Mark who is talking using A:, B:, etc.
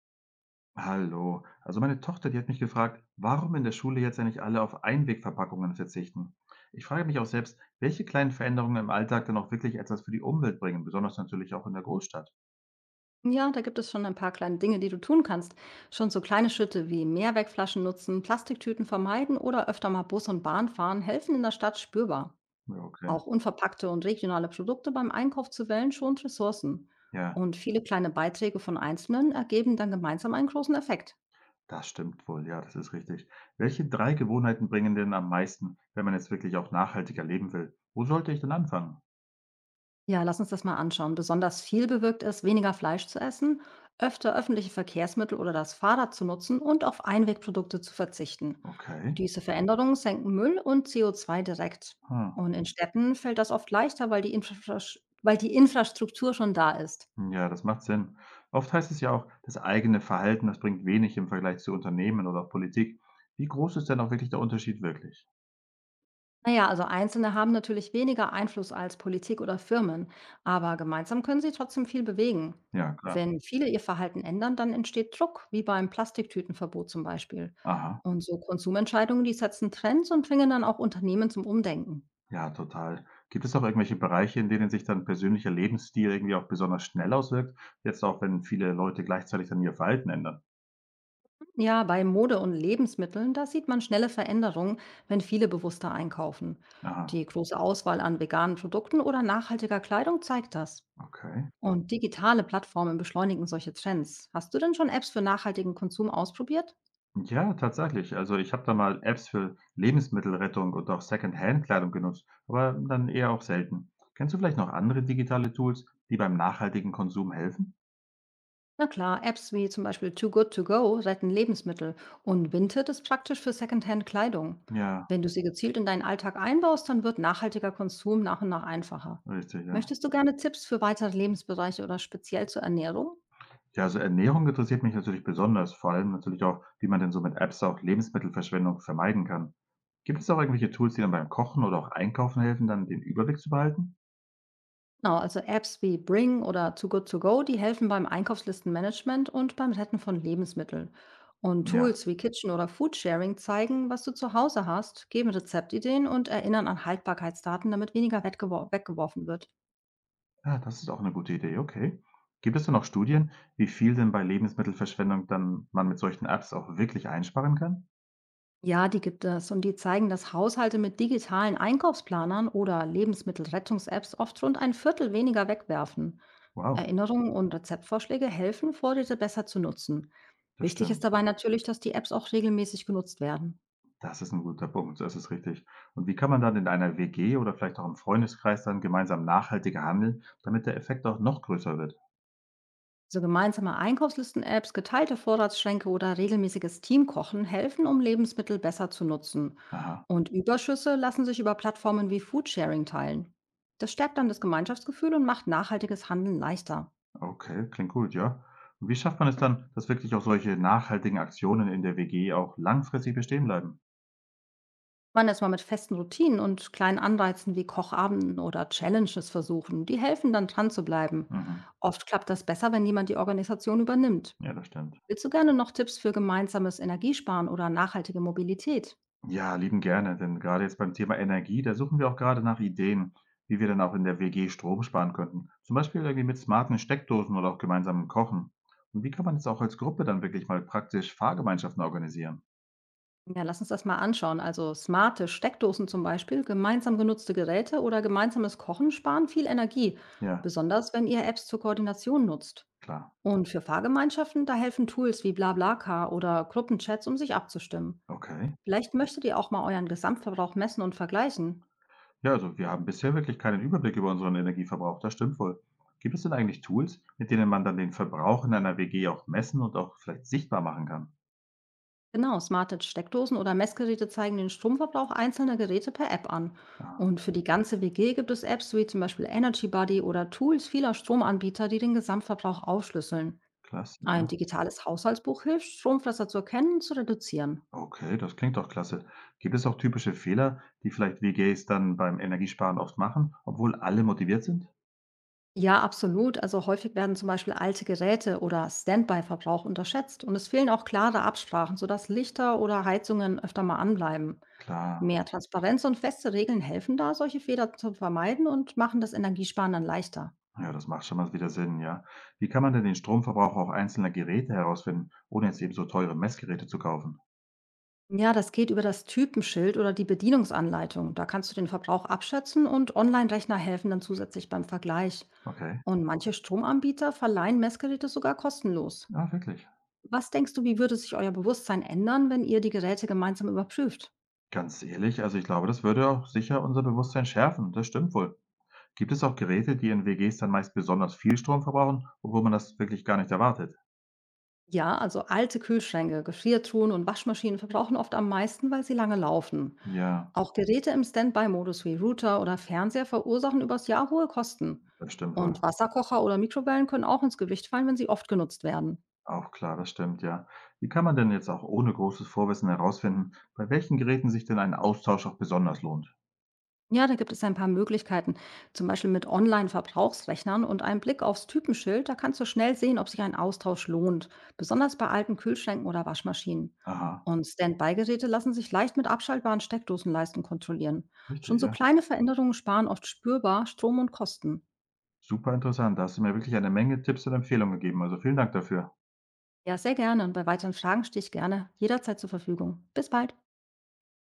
A: Hallo. Also meine Tochter, die hat mich gefragt, warum in der Schule jetzt eigentlich alle auf Einwegverpackungen verzichten. Ich frage mich auch selbst, welche kleinen Veränderungen im Alltag dann auch wirklich etwas für die Umwelt bringen, besonders natürlich auch in der Großstadt.
B: Ja, da gibt es schon ein paar kleine Dinge, die du tun kannst. Schon so kleine Schritte wie Mehrwegflaschen nutzen, Plastiktüten vermeiden oder öfter mal Bus und Bahn fahren helfen in der Stadt spürbar.
A: Ja, okay.
B: Auch unverpackte und regionale Produkte beim Einkauf zu wählen schont Ressourcen.
A: Ja,
B: Und viele kleine Beiträge von Einzelnen ergeben dann gemeinsam einen großen Effekt.
A: das stimmt wohl. Ja, das ist richtig. Welche drei Gewohnheiten bringen denn am meisten, wenn man jetzt wirklich auch nachhaltiger leben will? Wo sollte ich denn anfangen?
B: Ja, lass uns das mal anschauen. Besonders viel bewirkt es, weniger Fleisch zu essen, öfter öffentliche Verkehrsmittel oder das Fahrrad zu nutzen und auf Einwegprodukte zu verzichten.
A: Okay.
B: Diese Veränderungen senken Müll und CO2 direkt.
A: Hm.
B: Und in Städten fällt das oft leichter, weil weil die Infrastruktur schon da ist.
A: Ja, das macht Sinn. Oft heißt es ja auch, das eigene Verhalten, das bringt wenig im Vergleich zu Unternehmen oder Politik. Wie groß ist denn auch wirklich der Unterschied wirklich?
B: Naja, also Einzelne haben natürlich weniger Einfluss als Politik oder Firmen, aber gemeinsam können sie trotzdem viel bewegen.
A: Ja, klar.
B: Wenn viele ihr Verhalten ändern, dann entsteht Druck, wie beim Plastiktütenverbot zum Beispiel.
A: Aha.
B: Und so Konsumentscheidungen, die setzen Trends und bringen dann auch Unternehmen zum Umdenken.
A: Ja, total. Gibt es auch irgendwelche Bereiche, in denen sich dann persönlicher Lebensstil irgendwie auch besonders schnell auswirkt? Jetzt auch, wenn viele Leute gleichzeitig dann ihr Verhalten ändern.
B: Ja, bei Mode und Lebensmitteln, da sieht man schnelle Veränderungen, wenn viele bewusster einkaufen.
A: Aha,
B: Die große Auswahl an veganen Produkten oder nachhaltiger Kleidung zeigt das.
A: okay.
B: Und digitale Plattformen beschleunigen solche Trends. Hast du denn schon Apps für nachhaltigen Konsum ausprobiert?
A: Ja, tatsächlich. Also ich habe da mal Apps für Lebensmittelrettung und auch Second-Hand-Kleidung genutzt, aber dann eher auch selten. Kennst du vielleicht noch andere digitale Tools, die beim nachhaltigen Konsum helfen?
B: Na klar, Apps wie zum Beispiel Too Good To Go retten Lebensmittel und Vinted ist praktisch für Secondhand-Kleidung.
A: Ja,
B: Wenn du sie gezielt in deinen Alltag einbaust, dann wird nachhaltiger Konsum nach und nach einfacher.
A: richtig, ja.
B: Möchtest du gerne Tipps für weitere Lebensbereiche oder speziell zur Ernährung?
A: Ja, also Ernährung interessiert mich natürlich besonders, vor allem natürlich auch, wie man denn so mit Apps auch Lebensmittelverschwendung vermeiden kann. Gibt es auch irgendwelche Tools, die dann beim Kochen oder auch Einkaufen helfen, dann den Überblick zu behalten?
B: Genau, also Apps wie Bring oder Too Good To Go, die helfen beim Einkaufslistenmanagement und beim Retten von Lebensmitteln. Und
A: Ja,
B: Tools wie Kitchen oder Foodsharing zeigen, was du zu Hause hast, geben Rezeptideen und erinnern an Haltbarkeitsdaten, damit weniger weggeworfen wird.
A: ja, das ist auch eine gute Idee, okay. Gibt es denn auch Studien, wie viel denn bei Lebensmittelverschwendung dann man mit solchen Apps auch wirklich einsparen kann?
B: Ja, die gibt es und die zeigen, dass Haushalte mit digitalen Einkaufsplanern oder Lebensmittelrettungs-Apps oft rund ein Viertel weniger wegwerfen.
A: Wow,
B: Erinnerungen und Rezeptvorschläge helfen, Vorräte besser zu nutzen.
A: das
B: Wichtig ist
A: stimmt.
B: dabei natürlich, dass die Apps auch regelmäßig genutzt werden.
A: Das ist ein guter Punkt, das ist richtig. Und wie kann man dann in einer WG oder vielleicht auch im Freundeskreis dann gemeinsam nachhaltiger handeln, damit der Effekt auch noch größer wird?
B: So gemeinsame Einkaufslisten-Apps, geteilte Vorratsschränke oder regelmäßiges Teamkochen helfen, um Lebensmittel besser zu nutzen.
A: Aha,
B: Und Überschüsse lassen sich über Plattformen wie Foodsharing teilen. Das stärkt dann das Gemeinschaftsgefühl und macht nachhaltiges Handeln leichter.
A: okay, klingt gut, ja. Und wie schafft man es dann, dass wirklich auch solche nachhaltigen Aktionen in der WG auch langfristig bestehen bleiben?
B: Man erstmal mit festen Routinen und kleinen Anreizen wie Kochabenden oder Challenges versuchen. Die helfen dann dran zu bleiben.
A: Mhm.
B: Oft klappt das besser, wenn jemand die Organisation übernimmt.
A: Ja, das stimmt.
B: Willst du gerne noch Tipps für gemeinsames Energiesparen oder nachhaltige Mobilität?
A: Ja, lieben gerne, denn gerade jetzt beim Thema Energie, da suchen wir auch gerade nach Ideen, wie wir dann auch in der WG Strom sparen könnten. Zum Beispiel irgendwie mit smarten Steckdosen oder auch gemeinsamen Kochen. Und wie kann man jetzt auch als Gruppe dann wirklich mal praktisch Fahrgemeinschaften organisieren?
B: Ja, lass uns das mal anschauen. Also smarte Steckdosen zum Beispiel, gemeinsam genutzte Geräte oder gemeinsames Kochen sparen viel Energie,
A: Ja,
B: besonders wenn ihr Apps zur Koordination nutzt.
A: klar.
B: Und für Fahrgemeinschaften, da helfen Tools wie BlaBlaCar oder Gruppenchats, um sich abzustimmen.
A: Okay.
B: Vielleicht möchtet ihr auch mal euren Gesamtverbrauch messen und vergleichen.
A: Ja, also wir haben bisher wirklich keinen Überblick über unseren Energieverbrauch, das stimmt wohl. Gibt es denn eigentlich Tools, mit denen man dann den Verbrauch in einer WG auch messen und auch vielleicht sichtbar machen kann?
B: Genau, smarte Steckdosen oder Messgeräte zeigen den Stromverbrauch einzelner Geräte per App an.
A: Ah,
B: Und für die ganze WG gibt es Apps wie zum Beispiel Energy Buddy oder Tools vieler Stromanbieter, die den Gesamtverbrauch aufschlüsseln.
A: klasse,
B: Ein
A: ja.
B: digitales Haushaltsbuch hilft, Stromfresser zu erkennen und zu reduzieren.
A: Okay, das klingt doch klasse. Gibt es auch typische Fehler, die vielleicht WGs dann beim Energiesparen oft machen, obwohl alle motiviert sind?
B: Ja, absolut. Also häufig werden zum Beispiel alte Geräte oder Standby-Verbrauch unterschätzt und es fehlen auch klare Absprachen, sodass Lichter oder Heizungen öfter mal anbleiben.
A: Klar,
B: Mehr Transparenz und feste Regeln helfen da, solche Fehler zu vermeiden und machen das Energiesparen dann leichter.
A: ja, das macht schon mal wieder Sinn, ja. Wie kann man denn den Stromverbrauch auch einzelner Geräte herausfinden, ohne jetzt eben so teure Messgeräte zu kaufen?
B: Ja, das geht über das Typenschild oder die Bedienungsanleitung. Da kannst du den Verbrauch abschätzen und Online-Rechner helfen dann zusätzlich beim Vergleich.
A: Okay,
B: Und manche Stromanbieter verleihen Messgeräte sogar kostenlos.
A: ja, wirklich.
B: Was denkst du, wie würde sich euer Bewusstsein ändern, wenn ihr die Geräte gemeinsam überprüft?
A: Ganz ehrlich, also ich glaube, das würde auch sicher unser Bewusstsein schärfen. Das stimmt wohl. Gibt es auch Geräte, die in WGs dann meist besonders viel Strom verbrauchen, obwohl man das wirklich gar nicht erwartet?
B: Ja, also alte Kühlschränke, Gefriertruhen und Waschmaschinen verbrauchen oft am meisten, weil sie lange laufen.
A: Ja,
B: Auch Geräte im Standby-Modus wie Router oder Fernseher verursachen übers Jahr hohe Kosten.
A: das stimmt
B: Und
A: wohl.
B: Wasserkocher oder Mikrowellen können auch ins Gewicht fallen, wenn sie oft genutzt werden.
A: Auch klar, das stimmt, ja. Wie kann man denn jetzt auch ohne großes Vorwissen herausfinden, bei welchen Geräten sich denn ein Austausch auch besonders lohnt?
B: Ja, da gibt es ein paar Möglichkeiten. Zum Beispiel mit Online-Verbrauchsrechnern und einem Blick aufs Typenschild. Da kannst du schnell sehen, ob sich ein Austausch lohnt. Besonders bei alten Kühlschränken oder Waschmaschinen.
A: Aha,
B: Und Standby-Geräte lassen sich leicht mit abschaltbaren Steckdosenleisten kontrollieren. Schon
A: richtig,
B: so
A: ja.
B: kleine Veränderungen sparen oft spürbar Strom und Kosten.
A: Super interessant. Da hast du mir wirklich eine Menge Tipps und Empfehlungen gegeben. Also vielen Dank dafür.
B: Ja, sehr gerne. Und bei weiteren Fragen stehe ich gerne jederzeit zur Verfügung. Bis bald.